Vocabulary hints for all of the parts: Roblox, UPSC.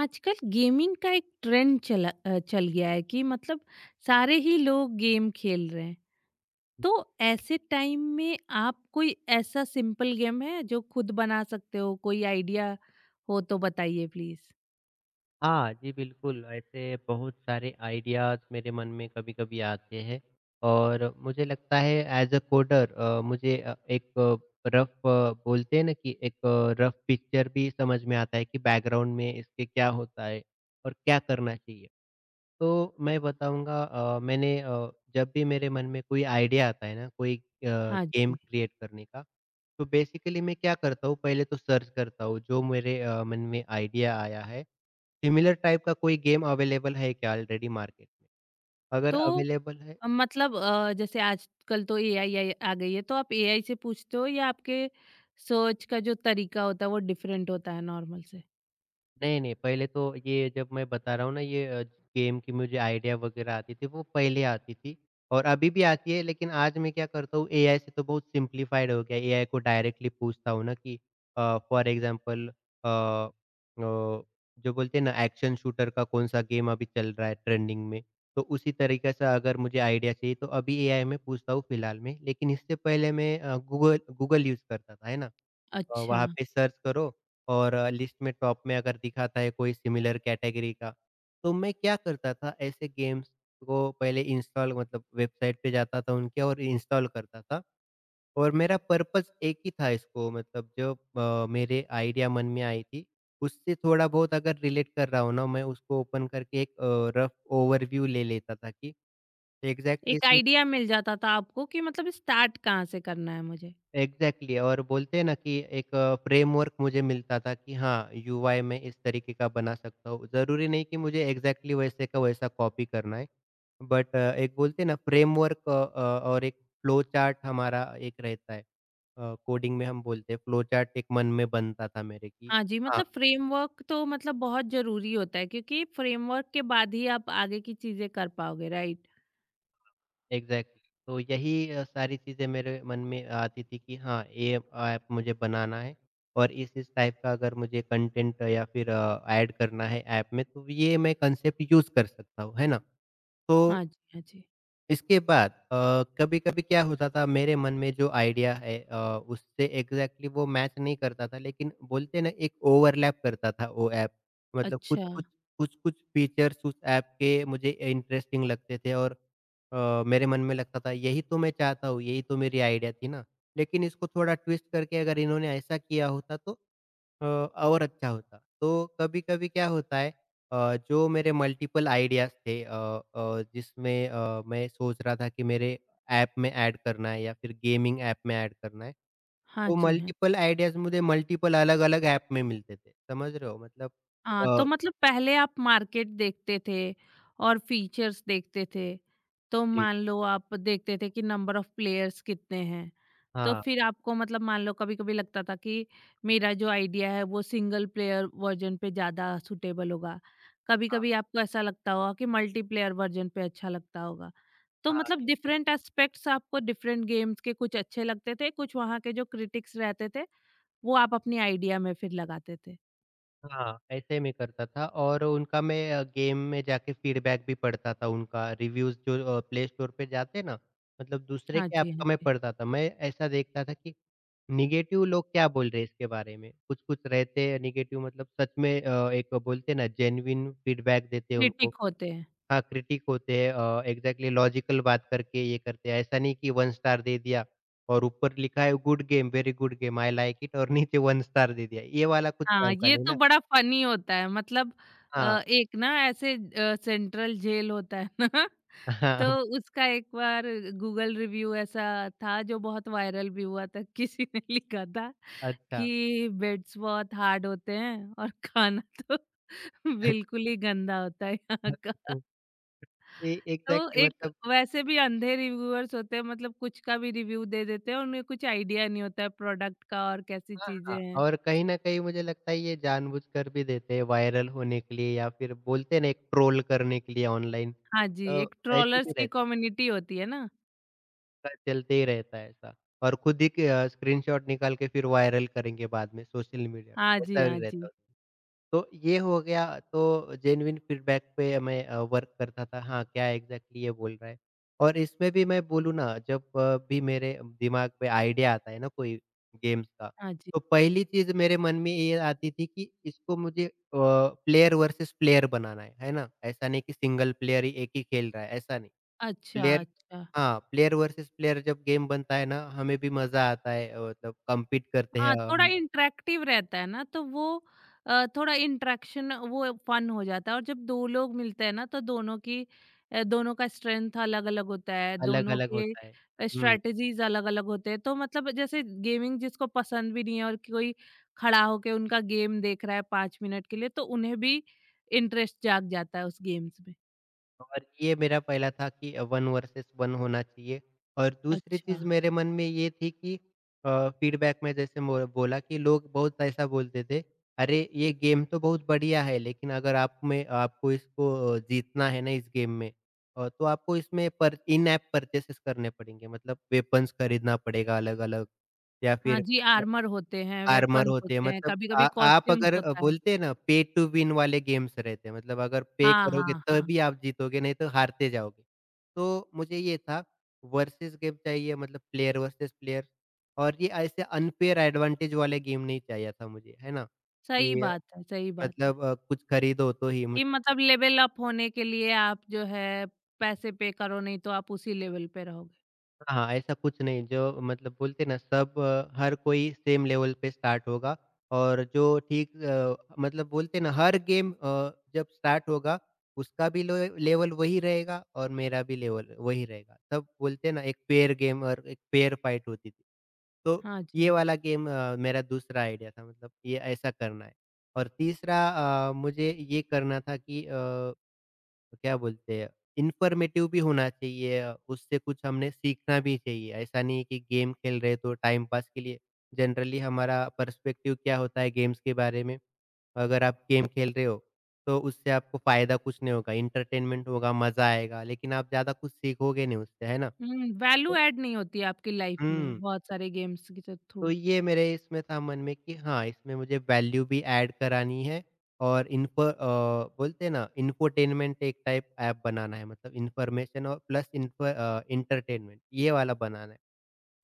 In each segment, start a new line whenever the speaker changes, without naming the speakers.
आजकल गेमिंग का एक ट्रेंड चल गया है कि मतलब सारे ही लोग गेम खेल रहे हैं। तो ऐसे टाइम में आप कोई ऐसा सिंपल गेम है जो खुद बना सकते हो, कोई आइडिया हो तो बताइए प्लीज।
हाँ जी, बिल्कुल, ऐसे बहुत सारे आइडियाज़ मेरे मन में कभी-कभी आते हैं और मुझे लगता है एज़ अ कोडर मुझे एक रफ़ बोलते हैं ना कि एक रफ़ पिक्चर भी समझ में आता है कि बैकग्राउंड में इसके क्या होता है और क्या करना चाहिए। तो मैं बताऊँगा मैंने जब भी मेरे मन में कोई आइडिया आता है ना कोई
हाँ
गेम
जी।
क्रिएट करने का, तो बेसिकली मैं क्या करता हूँ पहले तो सर्च करता हूँ जो मेरे मन में आइडिया आया है सिमिलर टाइप का कोई गेम अवेलेबल है क्या ऑलरेडी मार्केट में? अगर
तो
अवेलेबल है,
मतलब जैसे आजकल तो एआई आ गई है तो आप एआई से पूछते हो, या आपके सर्च का जो तरीका होता है वो डिफरेंट होता है नॉर्मल से।
नहीं, नहीं, पहले तो ये जब मैं बता रहा हूँ ना गेम की मुझे आइडिया वग़ैरह आती थी, वो पहले आती थी और अभी भी आती है लेकिन आज मैं क्या करता हूँ एआई से तो बहुत सिम्प्लीफाइड हो गया है। एआई को डायरेक्टली पूछता हूँ ना कि फॉर एग्ज़ाम्पल अ अ, जो बोलते हैं ना एक्शन शूटर का कौन-सा गेम अभी चल रहा है ट्रेंडिंग में, तो उसी तरीके से अगर मुझे आइडिया चाहिए तो अभी एआई में पूछता हूँ फिलहाल में। लेकिन इससे पहले मैं गूगल गूगल यूज़ करता था, है ना?
अच्छा।
वहाँ पे सर्च करो और लिस्ट में टॉप में अगर दिखाता है कोई सिमिलर कैटेगरी का, तो मैं क्या करता था ऐसे गेम्स को पहले इंस्टॉल मतलब वेबसाइट पे जाता था उनके और इंस्टॉल करता था और मेरा पर्पस एक ही था इसको मतलब जो मेरे आइडिया मन में आई थी, उससे थोड़ा बहुत अगर रिलेट कर रहा हूँ ना मैं उसको ओपन करके एक रफ ओवरव्यू ले लेता था कि एग्ज़ैक्टली
एक
इसमें
आइडिया मिल जाता था आपको कि मतलब स्टार्ट कहाँ से करना है मुझे।
एग्ज़ैक्टली और बोलते हैं ना कि एक फ्रेमवर्क मुझे मिलता था कि हाँ, यूआई मैं इस तरीके का बना सकता हूँ। ज़रूरी नहीं कि मुझे एग्ज़ैक्टली वैसे का वैसा कॉपी करना है। बट एक बोलते हैं ना फ्रेमवर्क और एक फ्लो चार्ट हमारा एक रहता है। कोडिंग में हम बोलते हैं फ्लो चार्ट एक मन में बनता था मेरे कि
हाँ जी,
हाँ,
मतलब फ्रेमवर्क तो मतलब बहुत ज़रूरी होता है, क्योंकि फ्रेमवर्क के बाद ही आप आगे की चीज़ें कर पाओगे, राइट?
एग्ज़ैक्टली, तो यही सारी चीज़ें मेरे मन में आती थी कि हाँ, ये ऐप मुझे बनाना है और इस टाइप का अगर मुझे कंटेंट या फिर ऐड करना है ऐप में तो ये मैं कंसेप्ट यूज़ कर सकता हूँ, है ना? तो
हाँ जी, हाँ जी।
इसके बाद कभी-कभी क्या होता था मेरे मन में जो आइडिया है उससे एग्ज़ैक्टली वो मैच नहीं करता था लेकिन बोलते हैं ना एक ओवरलैप करता था वो ऐप। मतलब
अच्छा,
कुछ-कुछ, कुछ-कुछ फीचर्स उस ऐप के मुझे इंटरेस्टिंग लगते थे और मेरे मन में लगता था यही तो मैं चाहता हूँ, यही तो मेरी आइडिया थी ना। लेकिन इसको थोड़ा ट्विस्ट करके अगर इन्होंने ऐसा किया होता तो और अच्छा होता। तो कभी-कभी क्या होता है जो मेरे मल्टीपल आइडियाज़ थे जिसमें मैं सोच रहा था कि मेरे ऐप में ऐड करना है या फिर गेमिंग ऐप में ऐड करना है।
हाँ
तो
जी, हाँ जी।
मल्टीपल आइडियाज़ मुझे मल्टीपल अलग-अलग ऐप में मिलते थे, समझ रहे हो? मतलब
हाँ, तो
अ,
मतलब पहले आप मार्केट देखते थे और फीचर्स देखते थे। तो
जी,
मान लो आप देखते थे कि नंबर ऑफ प्लेयर्स कितने हैं। तो
हाँ,
फिर आपको मतलब मान लो कभी-कभी लगता था कि मेरा जो आइडिया है वो सिंगल प्लेयर वर्ज़न पे ज़्यादा सूटेबल होगा।
हाँ,
कभी-कभी आपको ऐसा लगता होगा कि मल्टीप्लेयर वर्ज़न पे अच्छा लगता होगा। तो
हाँ,
मतलब
इग्ज़ैक्ट
डिफरेंट एस्पेक्ट्स आपको डिफरेंट गेम्स के कुछ अच्छे लगते थे, कुछ वहाँ के जो क्रिटिक्स रहते थे, वो आप अपनी आइडिया में फिर लगाते थे।
हाँ, ऐसे मैं करता था और उनका मैं गेम में जाके फीडबैक भी पढ़ता था उनका, रिव्यूज़ जो प्ले स्टोर पे जाते हैं ना, मतलब दूसरे
हाँ
के ऐप
जी, हाँ
का मैं
जी।
पढ़ता था। मैं ऐसा देखता था कि नेगेटिव लोग क्या बोल रहे हैं इसके बारे में? कुछ-कुछ रहते हैं नेगेटिव मतलब सच में एक बोलते हैं ना जेन्युइन फीडबैक देते हैं उनको।
क्रिटिक होते हैं।
हाँ, क्रिटिक होते हैं एग्ज़ैक्टली लॉजिकल बात करके ये करते हैं। ऐसा नहीं कि 1 स्टार दे दिया और ऊपर लिखा है good game, very good game, I like it और नीचे 1 स्टार दे दिया। ये वाला कुछ
हाँ,
काम का
ये
नहीं
तो
ना।
बड़ा फ़नी होता है, मतलब अ,
हाँ, हाँ,
एक ना ऐसे सेंट्रल जेल होता है ना, तो उसका एक बार गूगल रिव्यू ऐसा था जो बहुत वायरल भी हुआ था। किसी ने लिखा था
अच्छा।
कि बेड्स बहुत हार्ड होते हैं और खाना तो बिल्कुल ही गंदा होता है यहाँ का।
ए
तो
एग्ज़ैक्टली
एक
मतलब
वैसे भी अंधे रिव्यूअर्स होते हैं, मतलब कुछ का भी रिव्यू दे देते हैं, उन्हें कुछ आइडिया नहीं होता है प्रोडक्ट का और कैसी
हाँ,
चीजें
हाँ
हैं।
और कहीं न कहीं मुझे लगता है ये जानबूझकर भी देते हैं वायरल होने के लिए या फिर बोलते हैं ना एक ट्रोल करने के लिए ऑनलाइन।
हाँ जी,
तो
एक
ऐसे भी
ट्रोलर्स की
रहता
कम्युनिटी होती है ना?
है, चलते ही रहता है ऐसा और खुद ही के स्क्रीनशॉट निकाल के फिर वायरल करेंगे बाद में सोशल मीडिया
हाँ
पे,
जी,
ऐसा भी
हाँ
रहता
जी।
है। तो ये हो गया तो जेन्युइन फीडबैक पे मैं वर्क करता था, हाँ, क्या एग्ज़ैक्टली ये बोल रहा है। और इसमें भी मैं बोलूँ ना जब भी मेरे दिमाग पे आइडिया आता है ना कोई गेम्स का,
हाँ जी,
तो
हाँ जी।
पहली चीज़ मेरे मन में ये आती थी कि इसको मुझे प्लेयर वर्सेस प्लेयर बनाना है ना? ऐसा नहीं कि सिंगल प्लेयर ही एक ही खेल रहा है, ऐसा नहीं।
अच्छा,
प्लेयर
अच्छा।
हाँ, प्लेयर वर्सेस प्लेयर जब गेम बनता है ना, हमें भी मज़ा आता है मतलब कॉम्पीट करते
हाँ,
हैं
थोड़ा
हम
इंटरेक्टिव रहता है ना, तो वो थोड़ा इंटरेक्शन वो फन हो जाता है, और जब दो लोग मिलते हैं ना तो दोनों का स्ट्रेंथ अलग अलग होता है, दोनों
अलग-अलग होता है।
के
हुँ।
स्ट्रेटजीज अलग अलग होते हैं। तो मतलब जैसे गेमिंग जिसको पसंद भी नहीं है और कोई खड़ा होके उनका गेम देख रहा है 5 मिनट के लिए, तो उन्हें भी इंटरेस्ट जाग जाता है उस गेम्स में।
और ये मेरा पहला था कि 1 वर्सेस 1 होना चाहिए और दूसरी
अच्छा।
चीज़ मेरे मन में ये थी कि फीडबैक में जैसे मो बोला कि लोग बहुत ऐसा बोलते थे, "अरे! ये गेम तो बहुत बढ़िया है लेकिन अगर आप में आपको इसको जीतना है ना इस गेम में तो आपको इसमें पर इन ऐप परचेसेस करने पड़ेंगे मतलब वेपन्स खरीदना पड़ेगा अलग-अलग या
हाँ
फिर
जी, आर्मर होते हैं,
आर्मर
वेपन्स
होते हैं
होते हैं,
मतलब
कभी कभी
आ आप
कॉस्ट्यूम्स
अगर
होता है।
बोलते हैं ना पे टू विन वाले गेम्स रहते हैं मतलब अगर पे
हाँ,
करोगे
हाँ, हाँ।
तभी आप जीतोगे नहीं तो हारते जाओगे। तो मुझे ये था वर्सेस गेम चाहिए मतलब प्लेयर वर्सेस प्लेयर और ये ऐसे अनफेयर एडवांटेज वाले गेम नहीं चाहिए था मुझे, है ना?
सही
कि
बात है, सही बात है।
मतलब कुछ खरीदो तो ही मुझ
कि मतलब लेवल अप होने के लिए आप जो है पैसे पे करो, नहीं तो आप उसी लेवल पे रहोगे।
हाँ, ऐसा कुछ नहीं जो मतलब बोलते ना सब हर कोई सेम लेवल पे स्टार्ट होगा और जो ठीक मतलब बोलते ना हर गेम जब स्टार्ट होगा उसका भी लो लेवल वही रहेगा और मेरा भी लेवल वही रहेगा। तब बोलते ना एक पेयर गेम और एक पेयर फाइट होती थी। तो
हाँ जी,
ये
हाँ जी।
वाला गेम मेरा दूसरा आइडिया था मतलब ये ऐसा करना है और तीसरा मुझे ये करना था कि तो क्या बोलते हैं, इन्फॉर्मेटिव भी होना चाहिए उससे कुछ हमने सीखना भी चाहिए। ऐसा नहीं है कि गेम खेल रहे तो टाइम पास के लिए। जनरली हमारा पर्सपेक्टिव क्या होता है गेम्स के बारे में, अगर आप गेम खेल रहे हो तो उससे आपको फ़ायदा कुछ नहीं होगा, एंटरटेनमेंट होगा, मज़ा आएगा, लेकिन आप ज़्यादा कुछ सीखोगे नहीं उससे, है ना?
हुँ, वैल्यू
तो
ऐड नहीं होती आपकी लाइफ में
हुँ।
बहुत सारे गेम्स के थ
तो
थ्रू।
ये मेरे इसमें था मन में कि हाँ, इसमें मुझे वैल्यू भी ऐड करानी है और इन्फ़ो बोलते हैं ना इन्फ़ोटेनमेंट एक टाइप ऐप बनाना है मतलब इन्फ़ॉर्मेशन और प्लस इन्फ़ो एंटरटेनमेंट ये वाला बनाना है।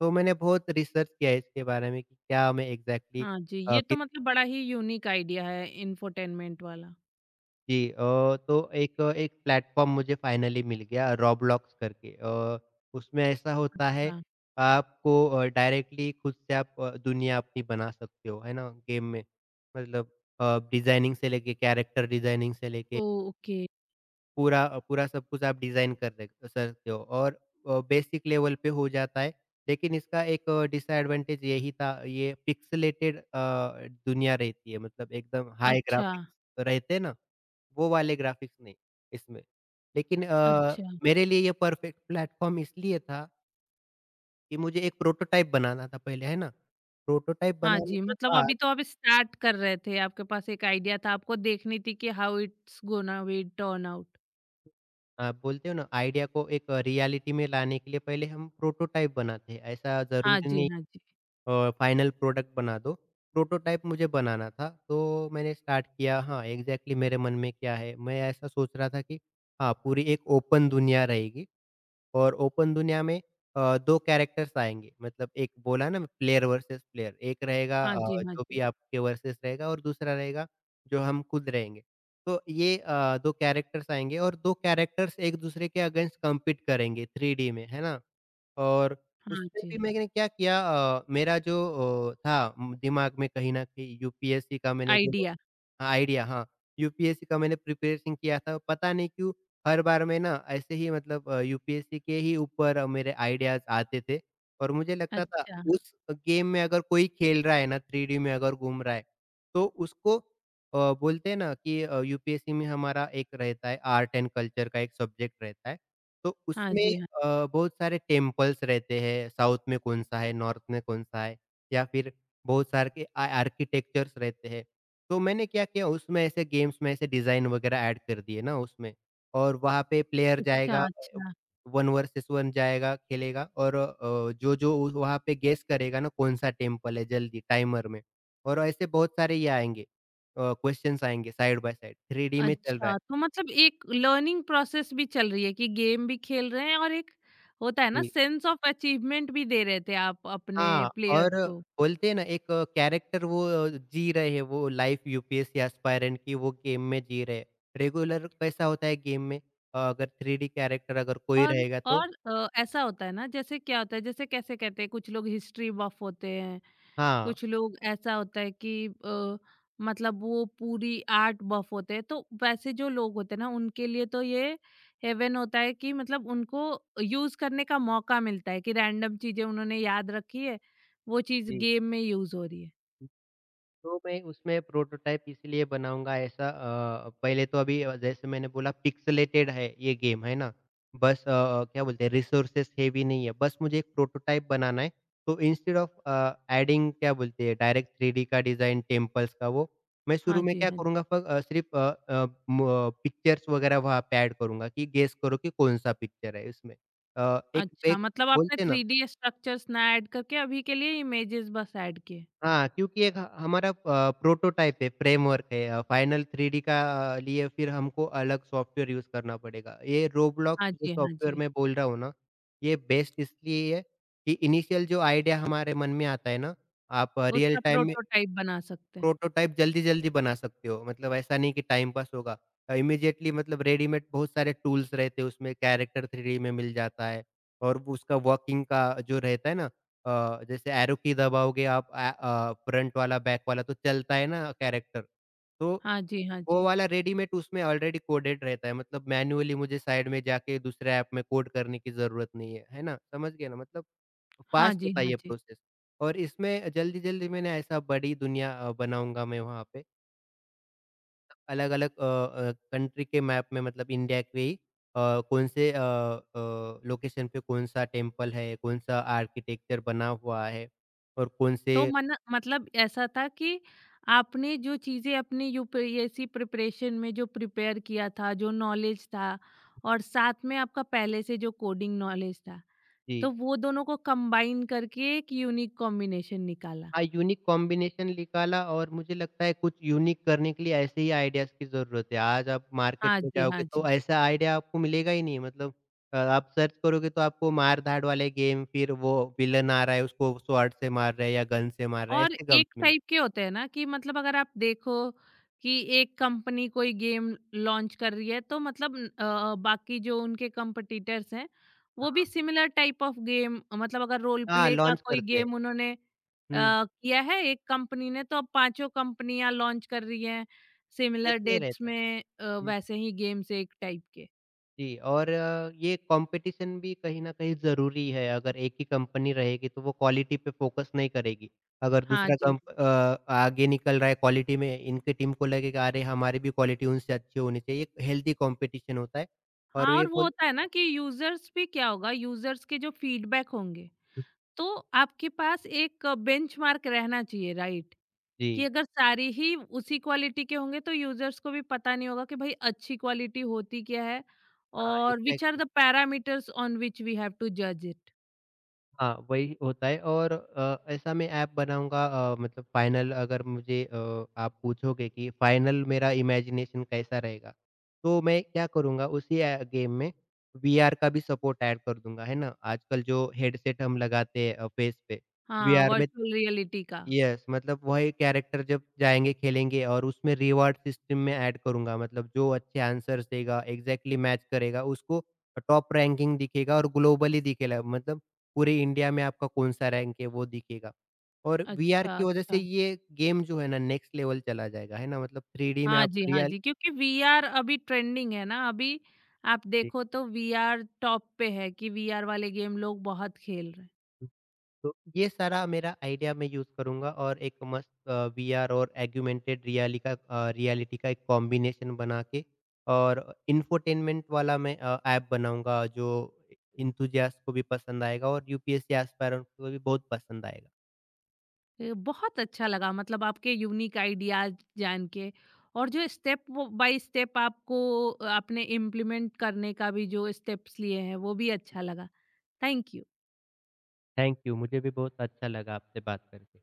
तो मैंने बहुत रिसर्च किया है इसके बारे में कि क्या मैं एग्ज़ैक्टली
हाँ जी, ये तो
कि
मतलब बड़ा ही यूनिक आइडिया है इन्फोटेनमेंट वाला।
जी तो एक एक प्लेटफ़ॉर्म मुझे फाइनली मिल गया रॉब्लॉक्स करके, उसमें ऐसा होता है
अच्छा,
आपको डायरेक्टली खुद से आप दुनिया अपनी बना सकते हो, है ना? गेम में मतलब डिज़ाइनिंग से लेके कैरेक्टर डिज़ाइनिंग से लेके
ओह! ओके।
पूरा पूरा सब कुछ आप डिज़ाइन कर दे सकते हो और बेसिक लेवल पे हो जाता है। लेकिन इसका एक डिसएडवांटेज यही था ये पिक्सेलेटेड दुनिया रहती है मतलब एकदम हाई
अच्छा,
ग्राफ़िक्स रहते हैं ना? वो वाले ग्राफ़िक्स नहीं, इसमें। लेकिन हुँ।
अच्छा।
मेरे लिए ये परफ़ेक्ट प्लेटफ़ॉर्म इसलिए था कि मुझे एक प्रोटोटाइप बनाना था पहले, है ना? प्रोटोटाइप
हाँ
बनाने
जी,
के
मतलब अभी
बाद
तो आप स्टार्ट कर रहे थे, आपके पास एक आइडिया था, आपको देखनी थी कि how it's gonna be turn out.
आप बोलते हो ना आइडिया को एक रियलिटी में लाने के लिए पहले हम प्रोटोटाइप बनाते हैं। ऐसा
हाँ
ज़रूरी
जी,
नहीं
हाँ जी।
फ़ाइनल प्रोडक्ट बना दो। प्रोटोटाइप मुझे बनाना था, तो मैंने स्टार्ट किया हाँ, एग्ज़ैक्टली मेरे मन में क्या है? मैं ऐसा सोच रहा था कि हाँ, पूरी एक ओपन दुनिया रहेगी। और ओपन दुनिया में 2 कैरेक्टर्स आएँगे मतलब एक बोला ना प्लेयर वर्सेस प्लेयर, एक रहेगा
हाँ जी, हाँ
जो
जी।
भी आपके वर्सेस रहेगा और दूसरा रहेगा जो हम खुद रहेंगे। तो ये 2 कैरेक्टर्स आएँगे और 2 कैरेक्टर्स एक-दूसरे के अगेंस्ट कम्पीट करेंगे 3D में, है ना? और
हाँ
उसमें
जी,
भी मैंने क्या किया मेरा जो दिमाग में कहीं न कहीं यूपीएससी का मैंने जो
आइडिया।
हाँ, आइडिया हाँ, यूपीएससी का मैंने प्रिपरेशन किया था। पता नहीं क्यों हर बार मैं ना ऐसे ही मतलब यूपीएससी के ही ऊपर मेरे आइडियाज़ आते थे और मुझे लगता था
अच्छा।
उस गेम में अगर कोई खेल रहा है ना, 3D में अगर घूम रहा है, तो उसको बोलते हैं ना कि यूपीएससी में हमारा एक रहता है, आर्ट एंड कल्चर का एक सब्जेक्ट रहता है। तो
हाँ
उसमें
जी, हाँ।
बहुत सारे टेम्पल्स रहते हैं, साउथ में कौन-सा है, नॉर्थ में कौन-सा है, या फिर बहुत सारे के आ आर्किटेक्चर्स रहते हैं। तो मैंने क्या किया, उसमें ऐसे गेम्स में ऐसे डिज़ाइन वगैरह ऐड कर दिए ना उसमें, और वहाँ पे प्लेयर
अच्छा,
जाएगा। अच्छा।
अच्छा।
वन वर्सेस वन जाएगा, खेलेगा और जो-जो उ वहाँ पे गेस करेगा ना कौन-सा टेम्पल है जल्दी टाइमर में, और ऐसे बहुत सारे ये आएँगे क्वेश्चन्स आएँगे साइड बाय साइड, 3 डी में चल रहा
अच्छा,
है।
तो मतलब एक लर्निंग प्रोसेस भी चल रही है कि गेम भी खेल रहे हैं, और एक होता है ना
जी।
सेंस ऑफ अचीवमेंट, भी दे रहे थे आप अपने
हाँ, और
प्लेयर्स को।
बोलते हैं ना एक कैरेक्टर वो जी रहे हैं, वो लाइफ यूपीएससी एस्पायरेंट की वो गेम में जी रहे हैं। रेगुलर कैसा होता है गेम में अगर 3D कैरेक्टर अगर कोई
और
रहेगा तो
और ऐसा होता है ना, जैसे क्या होता है, जैसे कैसे कहते हैं, कुछ लोग हिस्ट्री बफ होते हैं,
हाँ,
कुछ लोग ऐसा होता है कि मतलब वो पूरी आर्ट बफ होते हैं। तो वैसे जो लोग होते हैं ना, उनके लिए तो ये हेवन होता है कि मतलब उनको यूज करने का मौका मिलता है कि रैंडम चीजें उन्होंने याद रखी है, वो चीज
जी।
गेम में यूज हो रही है।
तो मैं उसमें प्रोटोटाइप इसलिए बनाऊँगा ऐसा पहले तो अभी जैसे मैंने बोला पिक्सेलेटेड है ये गेम, है ना? बस क्या बोलते हैं, रिसोर्सेस हेवी नहीं है, बस मुझे एक प्रोटोटाइप बनाना है। तो इंस्टेड ऑफ एडिंग क्या बोलते हैं डायरेक्ट 3D का डिज़ाइन टेम्पल्स का वो, मैं
हाँ
शुरू में
जी,
क्या
हाँ जी।
करूँगा सिर्फ़ अ अ, म पिक्चर्स वगैरह वहाँ पे ऐड करूँगा कि गेस करो कि कौन-सा पिक्चर है इसमें। एक
अच्छा,
एक
मतलब आपने
बोलते हैं ना
3D स्ट्रक्चर्स ना ऐड करके, अभी के लिए इमेजेस बस ऐड किए।
हाँ, क्योंकि एक ह हमारा प्रोटोटाइप है, फ्रेमवर्क है फाइनल 3D का लिए फिर हमको अलग सॉफ्टवेयर यूज़ करना पड़ेगा। ये रोब्लॉक्स
हाँ
जो
जी, हाँ
सॉफ्टवेयर
जी।
मैं बोल रहा हूँ ना, ये बेस्ट इसलिए है कि इनिशियल जो आइडिया हमारे मन में आता है ना, आप रियल
उसका
टाइम
प्रोटोटाइप बना सकते हैं।
प्रोटोटाइप जल्दी-जल्दी बना सकते हो, मतलब ऐसा नहीं कि टाइम पास होगा। इमीडिएटली मतलब रेडीमेड बहुत सारे टूल्स रहते हैं उसमें, कैरेक्टर 3 डी में मिल जाता है और वो उसका वर्किंग का जो रहता है ना अ, जैसे एरो की दबाओगे आप फ्रंट वाला, बैक वाला तो चलता है ना कैरेक्टर, तो
हाँ जी, हाँ
वो
जी।
वाला रेडीमेड उसमें ऑलरेडी कोडेड रहता है, मतलब मैन्युअली मुझे साइड में जाके दूसरे ऐप में कोड करने की ज़रूरत नहीं है, है ना? समझ गए ना? मतलब
हाँ
फ़ास्ट
जी,
होता है
हाँ
ये
जी।
प्रोसेस, और इसमें जल्दी-जल्दी मैंने ऐसा बड़ी दुनिया बनाऊँगा मैं वहाँ पे। अलग-अलग कंट्री के मैप में, मतलब इंडिया के ही कौन से लोकेशन पे कौन-सा टेम्पल है, कौन-सा आर्किटेक्चर बना हुआ है और कौन से
तो मन मतलब ऐसा था कि आपने जो चीज़ें अपने यूपीएससी प्रिपरेशन में जो प्रिपेयर किया था, जो नॉलेज था, और साथ में आपका पहले से जो कोडिंग नॉलेज था,
जी।
तो वो दोनों को कंबाइन करके एक यूनिक कॉम्बिनेशन निकाला।
हाँ, यूनिक कॉम्बिनेशन निकाला और मुझे लगता है कुछ यूनिक करने के लिए ऐसे ही आइडियाज़ की ज़रूरत है। आज आप मार्केट
हाँ
में
जी,
जाओगे
हाँ
तो
जी।
ऐसा आइडिया आपको मिलेगा ही नहीं, मतलब आप सर्च करोगे तो आपको मार-धाड़ वाले गेम, फिर वो विलन आ रहा है उसको स्वॉर्ड से मार रहा है या गन से मार रहा है,
और
ऐसे गम्स
एक
मिलेंगे।
टाइप के होते हैं ना, कि मतलब अगर आप देखो कि एक कंपनी कोई गेम लॉन्च कर रही है, तो मतलब बाकी जो उनके कंपटीटर्स हैं वो
हाँ,
भी सिमिलर टाइप ऑफ गेम, मतलब अगर रोल
हाँ,
प्ले का
लॉन्च
कोई
करते हैं।
गेम उन्होंने
हुँ,
किया है एक कंपनी ने, तो अब पांचों कंपनियां लॉन्च कर रही हैं सिमिलर
वैसे ही
डेट्स
रहता है।
में वैसे ही गेम्स एक टाइप के।
जी, और ये कंपटीशन भी कहीं न कहीं ज़रूरी है, अगर एक ही कंपनी रहेगी तो वो क्वालिटी पे फोकस नहीं करेगी। अगर
हाँ
दूसरा
जी।
आगे निकल रहा है क्वालिटी में, इनकी टीम को लगेगा अरे हमारी भी क्वालिटी उनसे अच्छी होनी चाहिए, एक हेल्दी कंपटीशन होता है और
हाँ,
ये
और वो
बोल
होता है ना कि यूजर्स भी क्या होगा, यूजर्स के जो फीडबैक होंगे, तो आपके पास एक बेंचमार्क रहना चाहिए, राइट? कि
जी,
अगर सारी ही उसी क्वालिटी के होंगे, तो यूजर्स को भी पता नहीं होगा कि भाई अच्छी क्वालिटी होती क्या है,
हाँ,
और which are
exactly.
The parameters on which we have to जज इट।
हाँ, वही होता है। और ऐसा मैं ऐप बनाऊँगा। मतलब फ़ाइनल अगर मुझे आप पूछोगे कि फ़ाइनल मेरा इमेजिनेशन कैसा रहेगा, तो मैं क्या करूँगा उसी ए गेम में वीआर का भी सपोर्ट ऐड कर दूँगा, है ना? आजकल जो हेडसेट हम लगाते हैं फेस पे,
हाँ,
वीआर में,
वर्चुअल रियलिटी का।
यस, मतलब वही कैरेक्टर जब जाएँगे खेलेंगे, और उसमें रिवार्ड सिस्टम में ऐड करूँगा, मतलब जो अच्छे आंसर्स देगा, एग्ज़ैक्टली मैच करेगा उसको टॉप रैंकिंग दिखेगा और ग्लोबली दिखेगा, मतलब पूरे इंडिया में आपका कौन-सा रैंक है वो दिखेगा। और वीआर
अच्छा,
की वज़ह से
अच्छा।
ये गेम जो है ना नेक्स्ट लेवल चला जाएगा, है ना? मतलब 3D में
हाँ
आप
जी, हाँ
रियल
जी, क्योंकि वीआर अभी ट्रेंडिंग है ना, अभी आप
जी।
देखो तो वीआर टॉप पे है, कि वीआर वाले गेम लोग बहुत खेल रहे हैं।
तो ये सारा मेरा आइडिया मैं यूज़ करूँगा और एक मस्त वीआर और ऑगमेंटेड रियलिटी का एक कॉम्बिनेशन बना के और इंफोटेनमेंट वाला मैं ऐप बनाऊँगा जो इंथुजियास्ट को भी पसंद आएगा और यूपीएससी एस्पायरेंट को भी बहुत पसंद आएगा।
ए, बहुत अच्छा लगा, मतलब आपके यूनिक आइडियाज जान के, और जो स्टेप बाय स्टेप आपको आपने इम्प्लीमेंट करने का भी जो स्टेप्स लिए हैं वो भी अच्छा लगा। Thank you.
थैंक यू, मुझे भी बहुत अच्छा लगा आपसे बात करके।